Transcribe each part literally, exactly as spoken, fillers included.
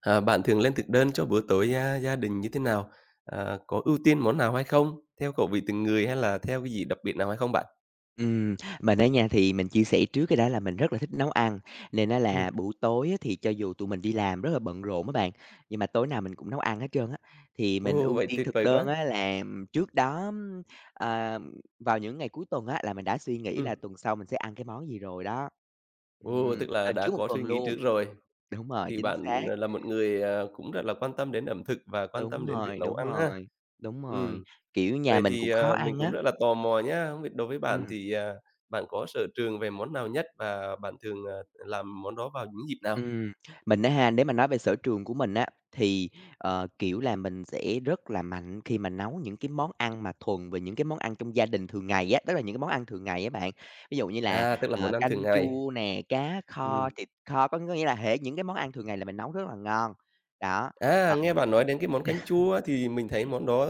À, bạn thường lên thực đơn cho bữa tối gia gia đình như thế nào? À, có ưu tiên món nào hay không? Theo khẩu vị từng người hay là theo cái gì đặc biệt nào hay không bạn? Ừm, mình á nha, thì mình chia sẻ trước cái đó là mình rất là thích nấu ăn, nên á Ừm. là buổi tối á thì cho dù tụi mình đi làm rất là bận rộn á bạn, nhưng mà tối nào mình cũng nấu ăn hết trơn á. Thì mình Ồ, ưu vậy tiên tuyệt thực vời đơn quá! á là trước đó, ưm, ờ, vào những ngày cuối tuần á là mình đã suy nghĩ là Ừm. tuần sau mình sẽ ăn cái món gì rồi đó. Ồ, Ừm, tức là lên đã trước một có suy tuần nghĩ luôn. trước rồi, Đúng rồi, thì chính xác. bạn, à, là một người, à, cũng rất là quan tâm đến ẩm thực và quan Đúng tâm đến việc rồi, nấu đúng ăn ha. rồi, đúng rồi, Ừm, kiểu, nhà vậy mình thì, cũng khó à, mình ăn cũng á. rất là tò mò nhá, không biết đối với bạn Ừm. thì, à, bạn có sở trường về món nào nhất và bạn thường, à, làm món đó vào những dịp nào? Ừm, mình á ha, nếu mà nói về sở trường của mình á, thì, ờ, kiểu là, mình sẽ rất là mạnh khi mà nấu những cái món ăn mà thuần về những cái món ăn trong gia đình thường ngày á, tức là những cái món ăn thường ngày á bạn. Ví dụ như là, À, tức là món ờ, ăn thường canh ngày. chua nè, cá kho, Ừm. thịt kho, có nghĩa là hệ những cái món ăn thường ngày là mình nấu rất là ngon. Đó, À, còn nghe bạn nói đến cái món canh chua thì mình thấy món đó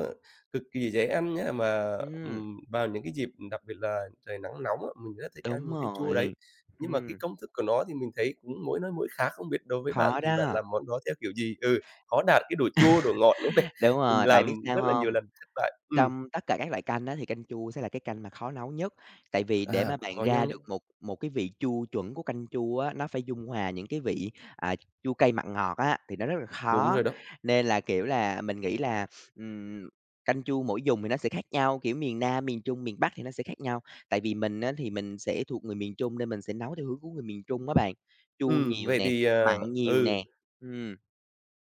cực kỳ dễ ăn nhá, mà, ừm, ừm, vào những cái dịp đặc biệt là trời nắng nóng á, mình rất thích ăn đúng món canh chua đấy. rồi, Nhưng mà cái ừm, công thức của nó thì mình thấy cũng mỗi nơi mỗi khác, không biết đối với bạn khó thì bạn đó. làm món đó theo kiểu gì? Ừ, khó đạt cái độ chua, độ ngọt nữa này, Đúng mình rồi, bạn biết làm rất sao là nhiều không? lần thất bại. Ừm, Trong tất cả các loại canh á, thì canh chua sẽ là cái canh mà khó nấu nhất, tại vì để à, mà cũng bạn có nhau ra nhé. được một một cái vị chua chuẩn của canh chua á, nó phải dung hòa những cái vị, à, chua cay mặn ngọt á, thì nó rất là Đúng khó. rồi đó. Nên là, kiểu là, mình nghĩ là, ừm, canh chua mỗi vùng thì nó sẽ khác nhau, kiểu, miền Nam, miền Trung, miền Bắc thì nó sẽ khác nhau. Tại vì mình á, thì mình sẽ thuộc người miền Trung nên mình sẽ nấu theo hướng của người miền Trung á bạn, chua Ừ, nhiều vậy nè, thì, ờ mặn nhiều ừ, nè, ừm.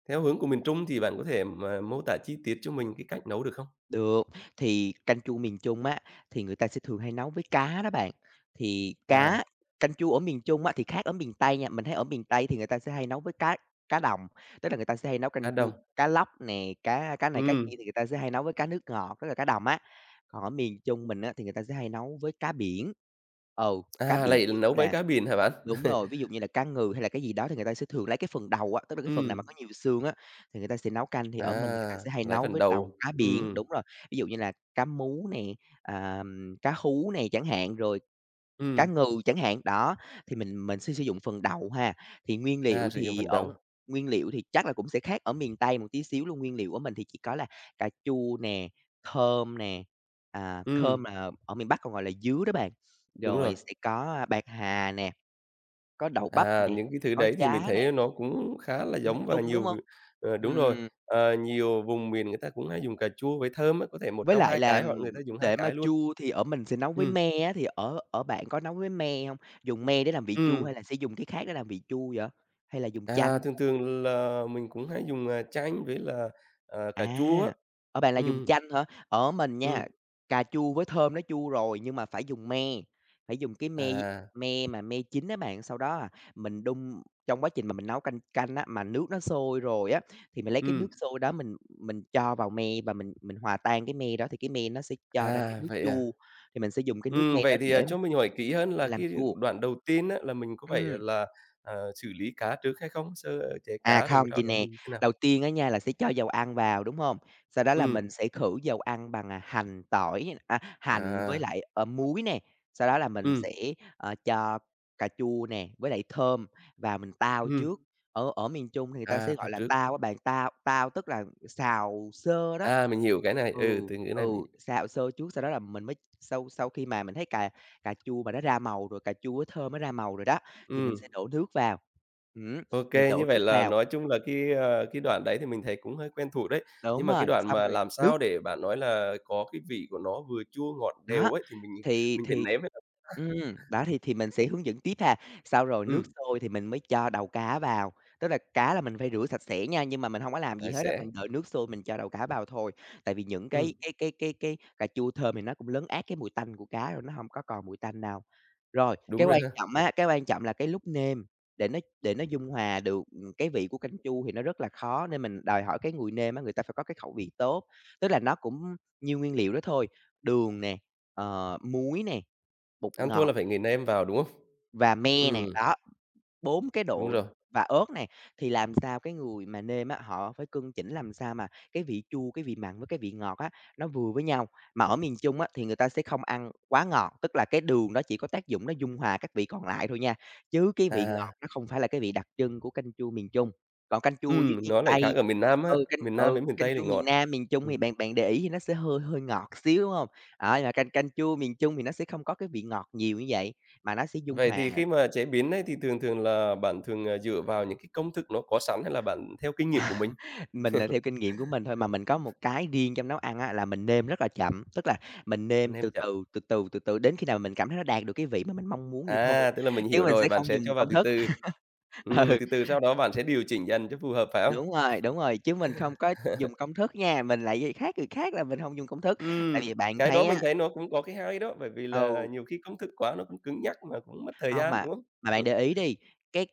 theo hướng của miền Trung thì bạn có thể mà mô tả chi tiết cho mình cái cách nấu được không? Được, thì canh chua miền Trung á, thì người ta sẽ thường hay nấu với cá đó bạn. Thì À, cá canh chua ở miền Trung á, thì khác ở miền Tây nha, mình thấy ở miền Tây thì người ta sẽ hay nấu với cá cá đồng, tức là người ta sẽ hay nấu cá canh chua đồng. cá lóc nè, cá cá này cá Ừ. kia thì người ta sẽ hay nấu với cá nước ngọt, tức là cá đồng á. Còn ở miền Trung mình á, thì người ta sẽ hay nấu với cá biển. Ừ, cá À, biển lại ví dụ như nấu với là cá biển hả bạn? đúng rồi, ví dụ như là cá ngừ hay là cái gì đó thì người ta sẽ thường lấy cái phần đầu á, tức là cái phần nào mà Ừm, có nhiều xương á, thì người ta sẽ nấu canh, thì à, ở mình người ta sẽ hay lấy nấu phần với đầu đầu, cá biển, ừm, đúng rồi. Ví dụ như là cá mú nè, ờm, cá hú nè chẳng hạn, rồi cá ừm, ngừ chẳng hạn, đó, thì mình mình sẽ sử dụng phần đầu ha. Thì nguyên à, liệu sử dụng thì phần ở đầu, nguyên liệu thì chắc là cũng sẽ khác ở miền Tây một tí xíu luôn, nguyên liệu của mình thì chỉ có là cà chua nè, thơm nè, à, ừm, thơm là ở miền Bắc còn gọi là dứa đó bạn, đúng rồi. rồi sẽ có bạc hà nè, có đậu bắp À, nè, những cái thứ có đấy thì mình giá thấy nè, nó cũng khá là chung giống và chung, đúng nhiều v hông? ờ, đúng rồi, Ừm, ờ, nhiều vùng miền người ta cũng hay dùng cà chua với thơm á, có thể một với trong lại hai là, cái hoặc người ta ừm, dùng hai để mà cái luôn. chua thì ở mình sẽ nấu với Ừm, me á, thì ở ở bạn có nấu với me hông? Dùng me để làm vị chua ừm, hay là sẽ dùng cái khác để làm vị chua vậy? Hay là dùng à, chanh? thường thường là mình cũng hay dùng, à, chanh với là, ờ, cà chua á. À, ở bạn là dùng Ừm, chanh hả? Ở mình ừm, nha, cà chua với thơm nó chua rồi nhưng mà phải dùng me, phải dùng cái me à, me mà me chín á bạn. Sau đó, à, mình đun trong quá trình mà mình nấu canh canh á, mà nước nó sôi rồi á, thì mình lấy cái nước ừm, sôi đó mình mình cho vào me và mình mình hòa tan cái me đó thì cái me nó sẽ cho ra cái à, nước vậy à? chua, thì mình sẽ dùng cái nước Ừm, me đó vậy thì, à, để mình cho mình hỏi kỹ hơn là làm cái chua. đoạn đầu tiên á, là mình có phải Ừm. là, ờ, xử lý cá trước hay không? Sơ chế À, cá rồi mà không, sau vầy đó nè, mình thế nào? đầu tiên á nha là sẽ cho dầu ăn vào, đúng hông? Sau đó là Ừm, mình sẽ khử dầu ăn bằng, à, hành, tỏi, à, hành với à, lại, ờ, muối nè, sau đó là mình ừm, sẽ, ờ, cho cà chua nè, với lại thơm vào mình tao trước. ừm, Ở ở miền Trung thì người ta à, sẽ thao gọi là trước. tao á bạn, tao tao tức là xào sơ đó. À, mình hiểu cái này, ừ, Ừ, từ ngữ này ừ, mình hiểu. xào sơ trước sau đó là mình mới sau sau khi mà mình thấy cà cà chua mà nó ra màu rồi, cà chua với thơm nó ra màu rồi đó, thì mình sẽ Ừm, đổ nước vào. Ừm, ô mình như đổ vậy nước là vào nói chung là cái, ờ, cái đoạn đấy thì mình thấy cũng hơi quen thuộc đấy. Nhưng đúng mà cái rồi, đoạn xong mà rồi làm nước, sao để bạn nói là có cái vị của nó vừa chua ngọt đều đó, ấy, thì mình thì mình phải thì nếm ấy. ừm, đó, thì thì mình sẽ hướng dẫn tiếp ha. Sau rồi nước Ừm, sôi thì mình mới cho đầu cá vào, tức là cá là mình phải rửa sạch sẽ nha, nhưng mà mình hông có làm gì là hết á, sẽ mình đợi nước sôi mình cho đầu cá vào thôi. Tại vì những cái ừm, cái cái cái cái cà chua thơm thì nó cũng lấn át cái mùi tanh của cá rồi, nó hông có còn mùi tanh đâu. Rồi, đúng cái rồi quan ha, trọng á, cái quan trọng là cái lúc nêm, để nó để nó dung hòa được, ừm, cái vị của canh chua thì nó rất là khó, nên mình đòi hỏi cái người nêm á, người ta phải có cái khẩu vị tốt. Tức là nó cũng nhiêu nguyên liệu đó thôi, đường nè, ờ, muối nè, bột ăn thua ngọt là phải người nêm vào, đúng không? và me này Ừm, đó, bốn cái đúng độ rồi. và ớt này thì làm sao cái người mà nêm á, họ phải cân chỉnh làm sao mà cái vị chua, cái vị mặn với cái vị ngọt á, nó vừa với nhau. Mà ở miền Trung á, thì người ta sẽ không ăn quá ngọt, tức là cái đường đó chỉ có tác dụng nó dung hòa các vị còn lại thôi nha, chứ cái vị ngọt À, nó không phải là cái vị đặc trưng của canh chua miền Trung. Còn canh chua dưới ừm, miền nó lại khác Tây ở miền Nam á, ừ, canh miền Nam ừ, với miền canh Tây thì chua miền ngọt. Nam, miền Trung Ừm, thì bạn bạn để ý thì nó sẽ hơi hơi ngọt xíu, đúng không? Đó, nhưng mà canh canh chua miền Trung thì nó sẽ không có cái vị ngọt nhiều như vậy, mà nó sẽ dung vậy hòa thì khi mà chế biến ấy thì thường thường là bạn thường, à, dựa vào những cái công thức nó có sẵn hay là bạn theo kinh nghiệm à, của mình? mình, à, theo kinh nghiệm của mình thôi, mà mình có một cái riêng trong nấu ăn á, là mình nêm rất là chậm, tức là mình nêm Nêm từ chậm. từ, từ từ, từ từ đến khi nào mình cảm thấy nó đạt được cái vị mà mình mong muốn thì thôi, À, tức là mình chứ hiểu mình rồi, sẽ bạn không sẽ dùng cho vào công từ thức. từ. Ừm, Ừ, từ từ sau đó bạn sẽ điều chỉnh dần cho phù hợp, phải không? đúng rồi, đúng rồi, chứ mình không có dùng công thức nha, mình lại gì khác người khác là mình không dùng công thức. Tại Ừm, vì bạn cái đó thấy mình á thấy nó cũng có cái hay đó, bởi vì là ừ, nhiều khi công thức quá nó cũng cứng nhắc mà cũng mất thời hông gian, à, đúng không? mà bạn Ừm. để ý đi, cái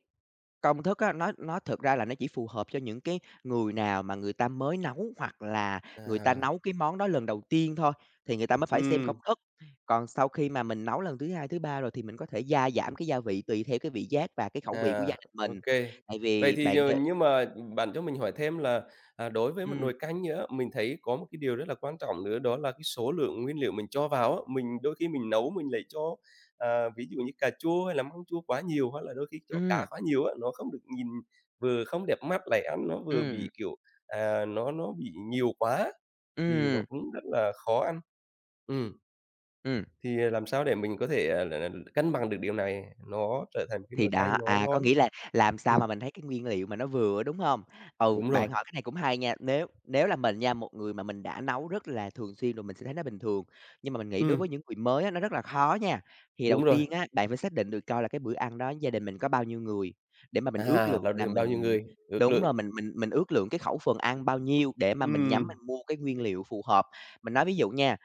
công thức á, nó nó thực ra là nó chỉ phù hợp cho những cái người nào mà người ta mới nấu, hoặc là người ta À, nấu cái món đó lần đầu tiên thôi, thì người ta mới phải xem công ừm. thức. Còn sau khi mà mình nấu lần thứ hai, thứ ba rồi thì mình có thể gia giảm cái gia vị tùy theo cái vị giác và cái khẩu vị của À, gia đình ok. mình. Tại Vậy vì thì bạn giờ đ nhưng mà bạn cho mình hỏi thêm là, à, đối với một ừm, nồi canh nữa, mình thấy có một cái điều rất là quan trọng nữa đó là cái số lượng nguyên liệu mình cho vào á. Mình đôi khi mình nấu mình lại cho, à, ví dụ như cà chua hay là măng chua quá nhiều, hoặc là đôi khi cho cá ừm, quá nhiều á, nó không được nhìn vừa không đẹp mắt lại ăn nó vừa ừm, bị, kiểu, à, nó nó bị nhiều quá thì nó ừm, cũng rất là khó ăn. Ừm, ừm. thì làm sao để mình có thể, à, là là cân bằng được điều này, nó trở thành cái Thì nồi canh đó, nó à, có ngon? nghĩa là làm sao Ừm. mà mình thấy cái nguyên liệu mà nó vừa, đúng hông? Ừ, Đúng rồi, bạn hỏi cái này cũng hay nha, nếu nếu là mình nha, một người mà mình đã nấu rất là thường xuyên rồi mình sẽ thấy nó bình thường, nhưng mà mình nghĩ đối với Ừm. những người mới á, nó rất là khó nha. Thì đầu đúng rồi. tiên á, bạn phải xác định được coi là cái bữa ăn đó gia đình mình có bao nhiêu người, để mà mình ước À, lượng là là được bao nhiêu mình người, ước đúng lượng. rồi, mình mình mình ước lượng cái khẩu phần ăn bao nhiêu để mà mình nhắm Ừm. mình mua cái nguyên liệu phù hợp. Mình nói ví dụ nha,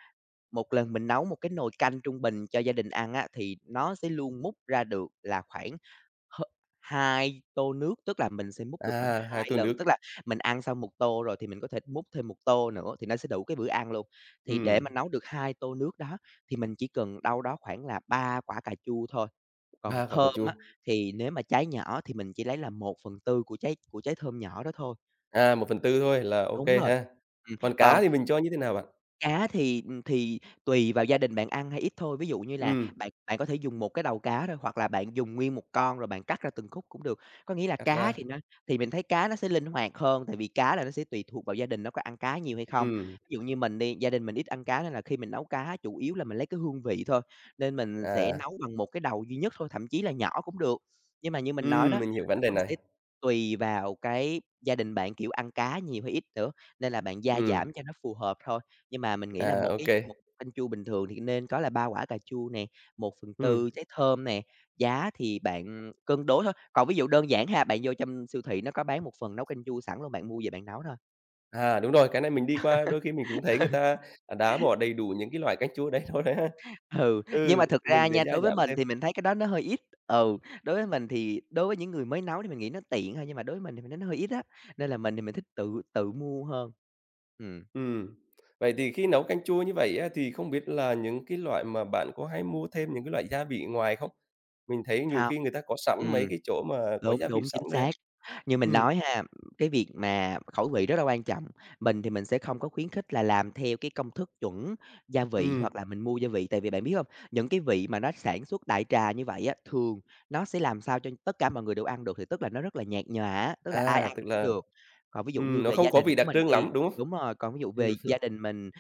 một lần mình nấu một cái nồi canh trung bình cho gia đình ăn á, thì nó sẽ luôn múc ra được là khoảng h hai tô nước, tức là mình sẽ múc được khoảng À, hai hai tô lần, nước, tức là mình ăn xong một tô rồi thì mình có thể múc thêm một tô nữa thì nó sẽ đủ cái bữa ăn luôn. Thì để mà Ừm. nấu được hai tô nước đó thì mình chỉ cần đâu đó khoảng là ba quả cà chua thôi, ba còn quả cà thơm chua, á, thì nếu mà trái nhỏ thì mình chỉ lấy là một phần tư của trái của trái thơm nhỏ đó thôi. à, một phần tư thôi là ô Đúng kê rồi, ha. ừm, Còn còn cá thì mình cho như thế nào bạn? cá thì, thì tùy vào gia đình bạn ăn hay ít thôi, ví dụ như là Ừm. bạn bạn có thể dùng một cái đầu cá thôi, hoặc là bạn dùng nguyên một con rồi bạn cắt ra từng khúc cũng được. Có nghĩa là Cắt ra. cá thì nó thì mình thấy cá nó sẽ linh hoạt hơn, tại vì cá là nó sẽ tùy thuộc vào gia đình nó có ăn cá nhiều hay không. Ừm. Ví dụ như mình đi, gia đình mình ít ăn cá nên là khi mình nấu cá chủ yếu là mình lấy cái hương vị thôi, nên mình sẽ À, nấu bằng một cái đầu duy nhất thôi, thậm chí là nhỏ cũng được. Nhưng mà như mình nói đó, ừm, mình hiểu vấn nó đề cũng này. sẽ tùy vào cái gia đình bạn, kiểu, ăn cá nhiều hay ít nữa, nên là bạn gia Ừm, giảm cho nó phù hợp thôi. Nhưng mà mình nghĩ là một à, ô cái kê. một canh chua bình thường thì nên có là ba quả cà chua nè, một phần Ừm. tư trái thơm nè, giá thì bạn cân đối thôi. Còn ví dụ đơn giản ha, bạn vô trong siêu thị nó có bán một phần nấu canh chua sẵn luôn, bạn mua về bạn nấu thôi. À, đúng rồi, cái này mình đi qua đôi khi mình cũng thấy người ta, à, đã bỏ đầy đủ những cái loại canh chua đấy thôi đấy ha. Ừ, nhưng Ừ, mà thực ra mình về nha, gia đối với giảm mình thêm. thì mình thấy cái đó nó hơi ít. Ừ, đối với mình thì đối với những người mới nấu thì mình nghĩ nó tiện thôi, nhưng mà đối với mình thì mình thấy nó hơi ít á, nên là mình thì mình thích tự tự mua hơn. Ừm, Ừm. Vậy thì khi nấu canh chua như vậy á, thì không biết là những cái loại mà bạn có hay mua thêm những cái loại gia vị ngoài không? Mình thấy nhiều sao? khi người ta có sẵn mấy Ừm, cái chỗ mà có đúng, gia vị đúng, sẵn chính rồi á. xác. Như mình Ừm, nói ha, cái việc mà khẩu vị rất là quan trọng. Mình thì mình sẽ không có khuyến khích là làm theo cái công thức chuẩn gia vị ừm, hoặc là mình mua gia vị, tại vì bạn biết không. Những cái vị mà nó sản xuất đại trà như vậy á, thường nó sẽ làm sao cho tất cả mọi người đều ăn được thì tức là nó rất là nhạt nhòa á, tức là ai à, ăn tức cũng là, được. Còn ví dụ ừm, như nó về không gia có đình vị đặc của mình trưng đi lắm, đúng không? Đúng rồi, còn ví dụ Ừm, về gia đình mình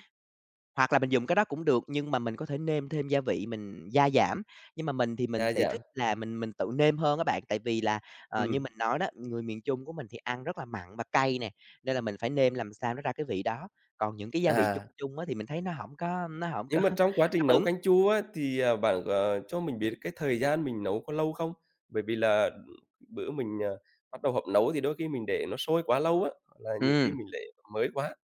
hoặc là mình dùng cái đó cũng được, nhưng mà mình có thể nêm thêm gia vị mình gia giảm, nhưng mà mình thì mình đa sẽ dạng, thích là mình mình tự nêm hơn á bạn. Tại vì là, ờ, như ừm, mình nói đó, người miền Trung của mình thì ăn rất là mặn và cay nè, nên là mình phải nêm làm sao nó ra cái vị đó. Còn những cái gia vị chung à, chung á thì mình thấy nó không có nó không có nhưng mà trong quá đáp trình nấu ứng. canh chua á, thì, à, bạn, ờ, cho mình biết cái thời gian mình nấu có lâu không? Bởi vì là, ừm, bữa mình, à, bắt đầu họp nấu thì đôi khi mình để nó sôi quá lâu á, là nhiều khi Ừm. mình lại mới quá.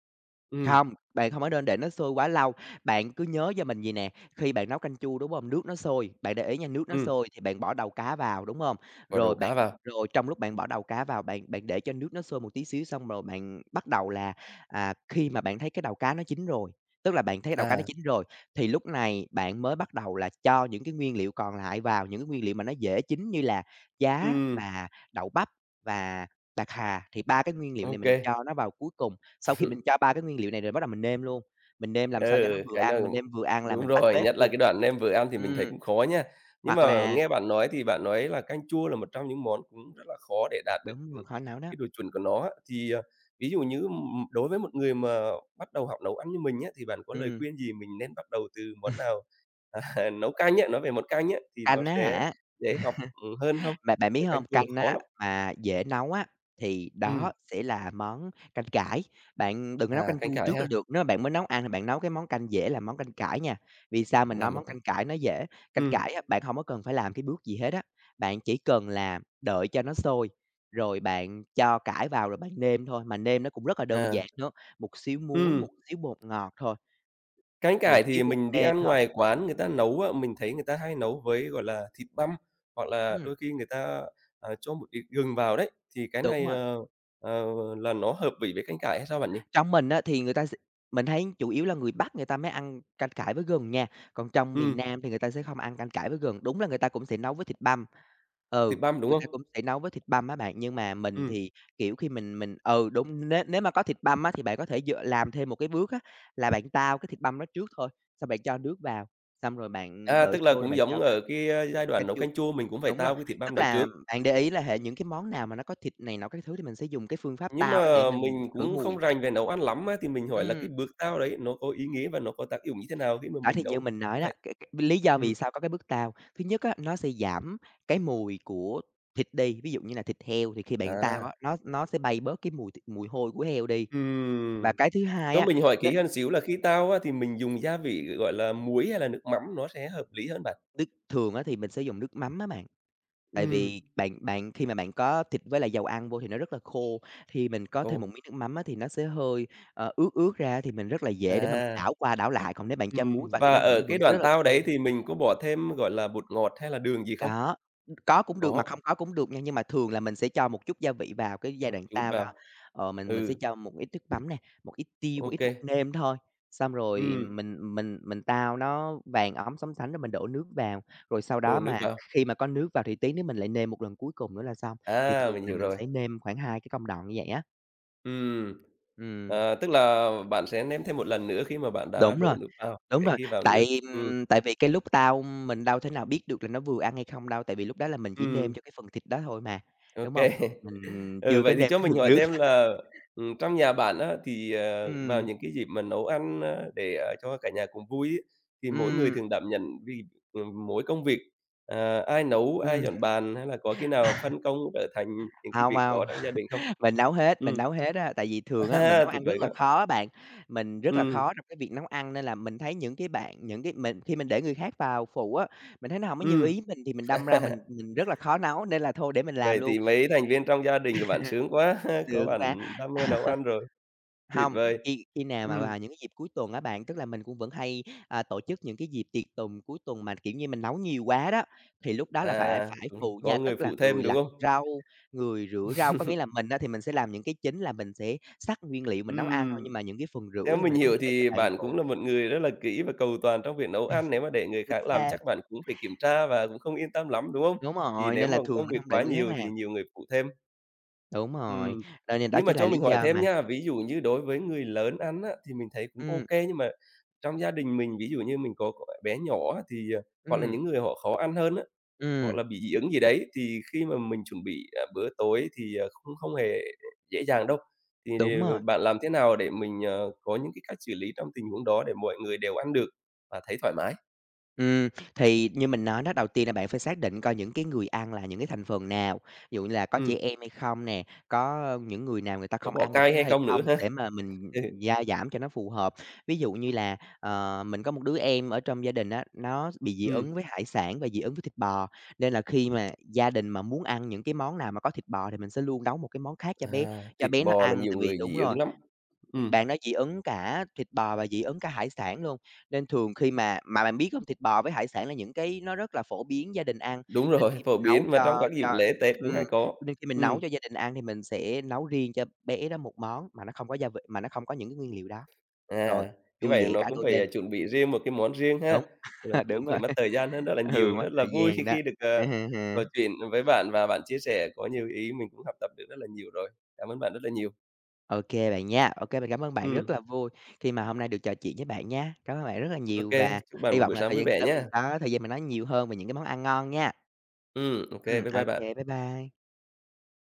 Ừm, Không, bạn không có nên để nó sôi quá lâu, bạn cứ nhớ cho mình vầy nè, khi bạn nấu canh chua, đúng hông? Nước nó sôi, bạn để ý nha, nước nó ừm. sôi thì bạn bỏ đầu cá vào, đúng hông? Bỏ đầu Rồi bạn cá vào. rồi trong lúc bạn bỏ đầu cá vào, bạn bạn để cho nước nó sôi một tí xíu xong rồi bạn bắt đầu là, à, khi mà bạn thấy cái đầu cá nó chín rồi, tức là bạn thấy đầu cá nó À, chín rồi, thì lúc này bạn mới bắt đầu là cho những cái nguyên liệu còn lại vào, những cái nguyên liệu mà nó dễ chín như là giá Ừm. và đậu bắp và bạc hà, thì ba cái nguyên liệu này ok mình cho nó vào cuối cùng. Sau khi mình cho ba cái nguyên liệu này rồi bắt đầu mình nêm luôn, mình nêm làm sao cho nó Ừ, vừa cái ăn, mình nào nêm vừa ăn là đúng mình tắt rồi, bếp nhất là luôn. cái đoạn nem vừa ăn thì mình thấy Ừm, cũng khó nha. Nhưng hoặc mà là nghe bạn nói thì bạn nói là canh chua là một trong những món cũng rất là khó để đạt được, đúng ừm, rồi, khó nấu đó. cái độ chuẩn của nó á. Thì, à, ví dụ như, ừm, đối với một người mà bắt đầu học nấu ăn như mình á, thì bạn có lời Ừm, khuyên gì mình nên bắt đầu từ món nào? À, nấu canh á, nói về món canh á, thì nó canh á sẽ hả? dễ học, ừm, hơn không? Mà bạn biết Tại canh hông? chua nó Canh khó á lắm. mà dễ nấu á, thì Ừm. đó sẽ là món canh cải. Bạn đừng có nấu À, canh canh chua cải trước là ha, được, nếu mà bạn mới nấu ăn thì bạn nấu cái món canh dễ là món canh cải nha. Vì sao mình nói làm một món cái canh cải nó dễ? Canh Ừm. cải á, bạn hổng có cần phải làm cái bước gì hết á, bạn chỉ cần là đợi cho nó sôi, rồi bạn cho cải vào rồi bạn nêm thôi, mà nêm nó cũng rất là đơn À. giản nữa, một xíu muối, Ừm. một xíu bột ngọt thôi, Cánh một cải xíu thì bột mình đi nêm ăn thôi. ngoài quán người ta nấu á, mình thấy người ta hay nấu với, gọi là, thịt băm, hoặc là Ừm, đôi khi người ta, à, cho một ít gừng vào đấy, thì cái đúng này, rồi. ờ, ờ, là nó hợp vị với cánh cải hay sao bạn nhỉ? Trong mình á, thì người ta s mình thấy chủ yếu là người Bắc người ta mới ăn canh cải với gừng nha, còn trong miền Ừm, Nam thì người ta sẽ không ăn canh cải với gừng. Đúng là người ta cũng sẽ nấu với thịt băm, ừ, thịt băm, đúng người ta không? cũng sẽ nấu với thịt băm á bạn, nhưng mà mình Ừm, thì, kiểu, khi mình mình ừ, đúng, nếu nếu mà có thịt băm á, thì bạn có thể dựa làm thêm một cái bước á, là bạn tao cái thịt băm đó trước thôi, xong bạn cho nước vào, xong rồi bạn à, đợi tức là sôi rồi cũng bạn giống cho cải ở cái, a, giai đoạn canh nấu chua. canh chua mình cũng phải Đúng rồi, tao cái thịt băm tức đấy là trước. bạn để ý là hệ những cái món nào mà nó có thịt này nọ các thứ thì mình sẽ dùng cái phương pháp Nhưng tao đó để mà mình mình khử cũng không mùi. rành về nấu ăn lắm á, thì mình hỏi là cái Ừm. bước tao đấy nó có ý nghĩa và nó có tác dụng như thế nào khi mà Đó, mình thì như nấu mình như nói đó, vậy? cái cái lý do vì Ừm, sao có cái bước tao, thứ nhất á, nó sẽ giảm cái mùi của thịt đi, ví dụ như là thịt heo thì khi bạn tao à. á, nó nó sẽ bay bớt cái mùi th mùi hôi của heo đi. Và Ừm. cái thứ hai Cho á, mình hỏi nó kỹ hơn xíu là khi tao á, thì mình dùng gia vị, gọi là, muối hay là nước mắm nó sẽ hợp lý hơn bạn? nước thường á thì mình sẽ dùng nước mắm á bạn, tại Ừm. vì bạn bạn khi mà bạn có thịt với lại dầu ăn vô thì nó rất là khô, thì mình có Ồ, thêm một miếng nước mắm á thì nó sẽ hơi, ờ, ướt ướt ra thì mình rất là dễ để mà mình à, đảo qua đảo lại, còn nếu bạn cho muối Ừm. vào thì và nó vẫn ở cái vẫn sẽ đoạn rất là tao đấy khô. thì mình có bỏ thêm, gọi là, bột ngọt hay là đường gì không? Có, có cũng được mà Có, không có cũng được nha, nhưng mà thường là mình sẽ cho một chút gia vị vào cái giai một đoạn chút sau đó. vào. Ờ, mình mình sẽ Ừ, cho một ít nước mắm nè, một ít tiêu, ô một ít kê. bột nêm thôi, xong rồi Ừm, mình mình mình tao nó vàng óng sóng sánh rồi mình đổ nước vào, rồi sau đổ đó nước mà vào. khi mà có nước vào thì tí nữa mình lại nêm một lần cuối cùng nữa là xong. Thì À, thường mình là hiểu mình rồi. sẽ nêm khoảng hai cái công đoạn như vậy á. Ừm, Ừm, à, tức là bạn sẽ nêm thêm một lần nữa khi mà bạn đã đúng đổ rồi. nước vào, Đúng cái rồi, kia vào nữa. tại, Ừm, ừm, tại vì cái lúc tao mình đâu thể nào biết được là nó vừa ăn hay không đâu, tại vì lúc đó là mình chỉ nêm ừm, cho cái phần thịt đó thôi mà, ô đúng kê. hông? Mình Ừ, chưa vậy có thì nêm cho cái mình phần hỏi nước. thêm là, ừm, trong nhà bạn á, thì, ờ, vào Ừm, những cái dịp mà nấu ăn, ơ, để, ờ, cho cả nhà cùng vui ấy, thì mỗi người ừm, thường đảm nhận vì, ừm, mỗi công việc, ờ, ai nấu, ai ừm. dọn bàn hay là có khi nào phân công trở thành những cái Hông, việc đó hông, trong gia đình không? mình nấu hết, mình Ừm, nấu hết á, tại vì thường á, mình à, nấu tuyệt ăn rất vời là quá! khó á bạn, mình rất là Ừm, khó trong cái việc nấu ăn nên là mình thấy những cái bạn những cái mình khi mình để người khác vào phụ á, mình thấy nó hổng có như ý ừm. mình thì mình đâm ra mình mình rất là khó nấu nên là thôi để mình làm Vậy luôn, thì mấy thành viên trong gia đình của bạn sướng quá, có sướng quá. bạn đam mê nấu ăn rồi, tuyệt Hông, vời. khi khi nào mà Ừm, vào những cái dịp cuối tuần á bạn, tức là mình cũng vẫn hay, à, tổ chức những cái dịp tiệc tùng cuối tuần mà, kiểu như, mình nấu nhiều quá đó, thì lúc đó là phải à, phải đúng rồi, phụ có nha, người tức là phụ thêm, người đúng lặt không? rau, người rửa rau. Có nghĩa là mình á thì mình sẽ làm những cái chính là mình sẽ xắt nguyên liệu mình nấu ăn thôi, Ừm. nhưng mà những cái phần rửa Theo thì mình mình có hiểu thể để cho thì bạn mình bạn cũng phụ. là một người rất là kỹ và cầu toàn trong việc nấu ăn, nếu mà để người Chính khác làm chắc xác, bạn cũng phải kiểm tra và cũng không yên tâm lắm, đúng không? đúng Thì rồi, nếu nên mà là thường công mình việc hông để quá người khác nhiều thì làm. nhiều người phụ thêm. Đúng rồi, Ừm. rồi nên đó Nhưng mà chính là cho lý mình hỏi do thêm mà nha, ví dụ như đối với người lớn ăn á, thì mình thấy cũng ừm, ok nhưng mà trong gia đình mình, ví dụ như mình có có bé nhỏ á, thì, à, hoặc là ừm, những người họ khó ăn hơn á, hoặc ừm, là bị dị ứng gì đấy, thì khi mà mình chuẩn bị, à, bữa tối thì, à, không không hề dễ dàng đâu. Thì đúng rồi. bạn làm thế nào để mình, ờ, có những cái cách xử lý trong tình huống đó để mọi người đều ăn được và thấy thoải mái? Ừm, thì như mình nói đó, đầu tiên là bạn phải xác định coi những cái người ăn là những cái thành phần nào, ví dụ như là có trẻ Ừm, em hay không nè, có những người nào người ta có không bỏ ăn được cay cái hay đó hay không nữa không ha? để mà mình Ừ, gia giảm cho nó phù hợp. Ví dụ như là, ờ, mình có một đứa em ở trong gia đình á, nó bị dị ứng ừm, với hải sản và dị ứng với thịt bò, nên là khi mà gia đình mà muốn ăn những cái món nào mà có thịt bò thì mình sẽ luôn nấu một cái món khác cho bé à, cho thịt bé nó bò là ăn nhiều tại vì người đúng dị rồi, ứng lắm. Ừm, bạn đó dị ứng cả thịt bò và dị ứng cả hải sản luôn, nên thường khi mà mà bạn biết hông, thịt bò với hải sản là những cái nó rất là phổ biến gia đình ăn, đúng nên rồi, khi phổ mình nấu biến mà trong cho các dịp cho lễ Tết cũng hay ừm, có. nên khi mình nấu Ừm. cho gia đình ăn thì mình sẽ nấu riêng cho bé đó một món mà nó không có gia vị mà nó không có những cái nguyên liệu đó, rồi À, như vui vậy vẻ nó cả cũng đôi phải, à, bên, chuẩn bị riêng một cái món riêng ha, đúng, rồi cũng đúng phải rồi, mất thời gian hơn rất là ừ, nhiều. mất Rất là thời vui khi gian đó. khi được, ờ, trò chuyện với bạn và bạn chia sẻ có nhiều ý mình cũng học tập được rất là nhiều rồi. Cảm ơn bạn rất là nhiều. OK bạn nha. OK mình cảm ơn bạn rất Ừ, là vui khi mà hôm nay được trò chuyện với bạn nha. Cảm ơn bạn rất là ok. nhiều và Chúc bạn hy một vọng buổi là sáng thời vui gian vẻ tới mình nhé. có thời gian mình nói nhiều hơn về những cái món ăn ngon nha. Ừ, ok, bye Ừ bye OK bạn. bye bye.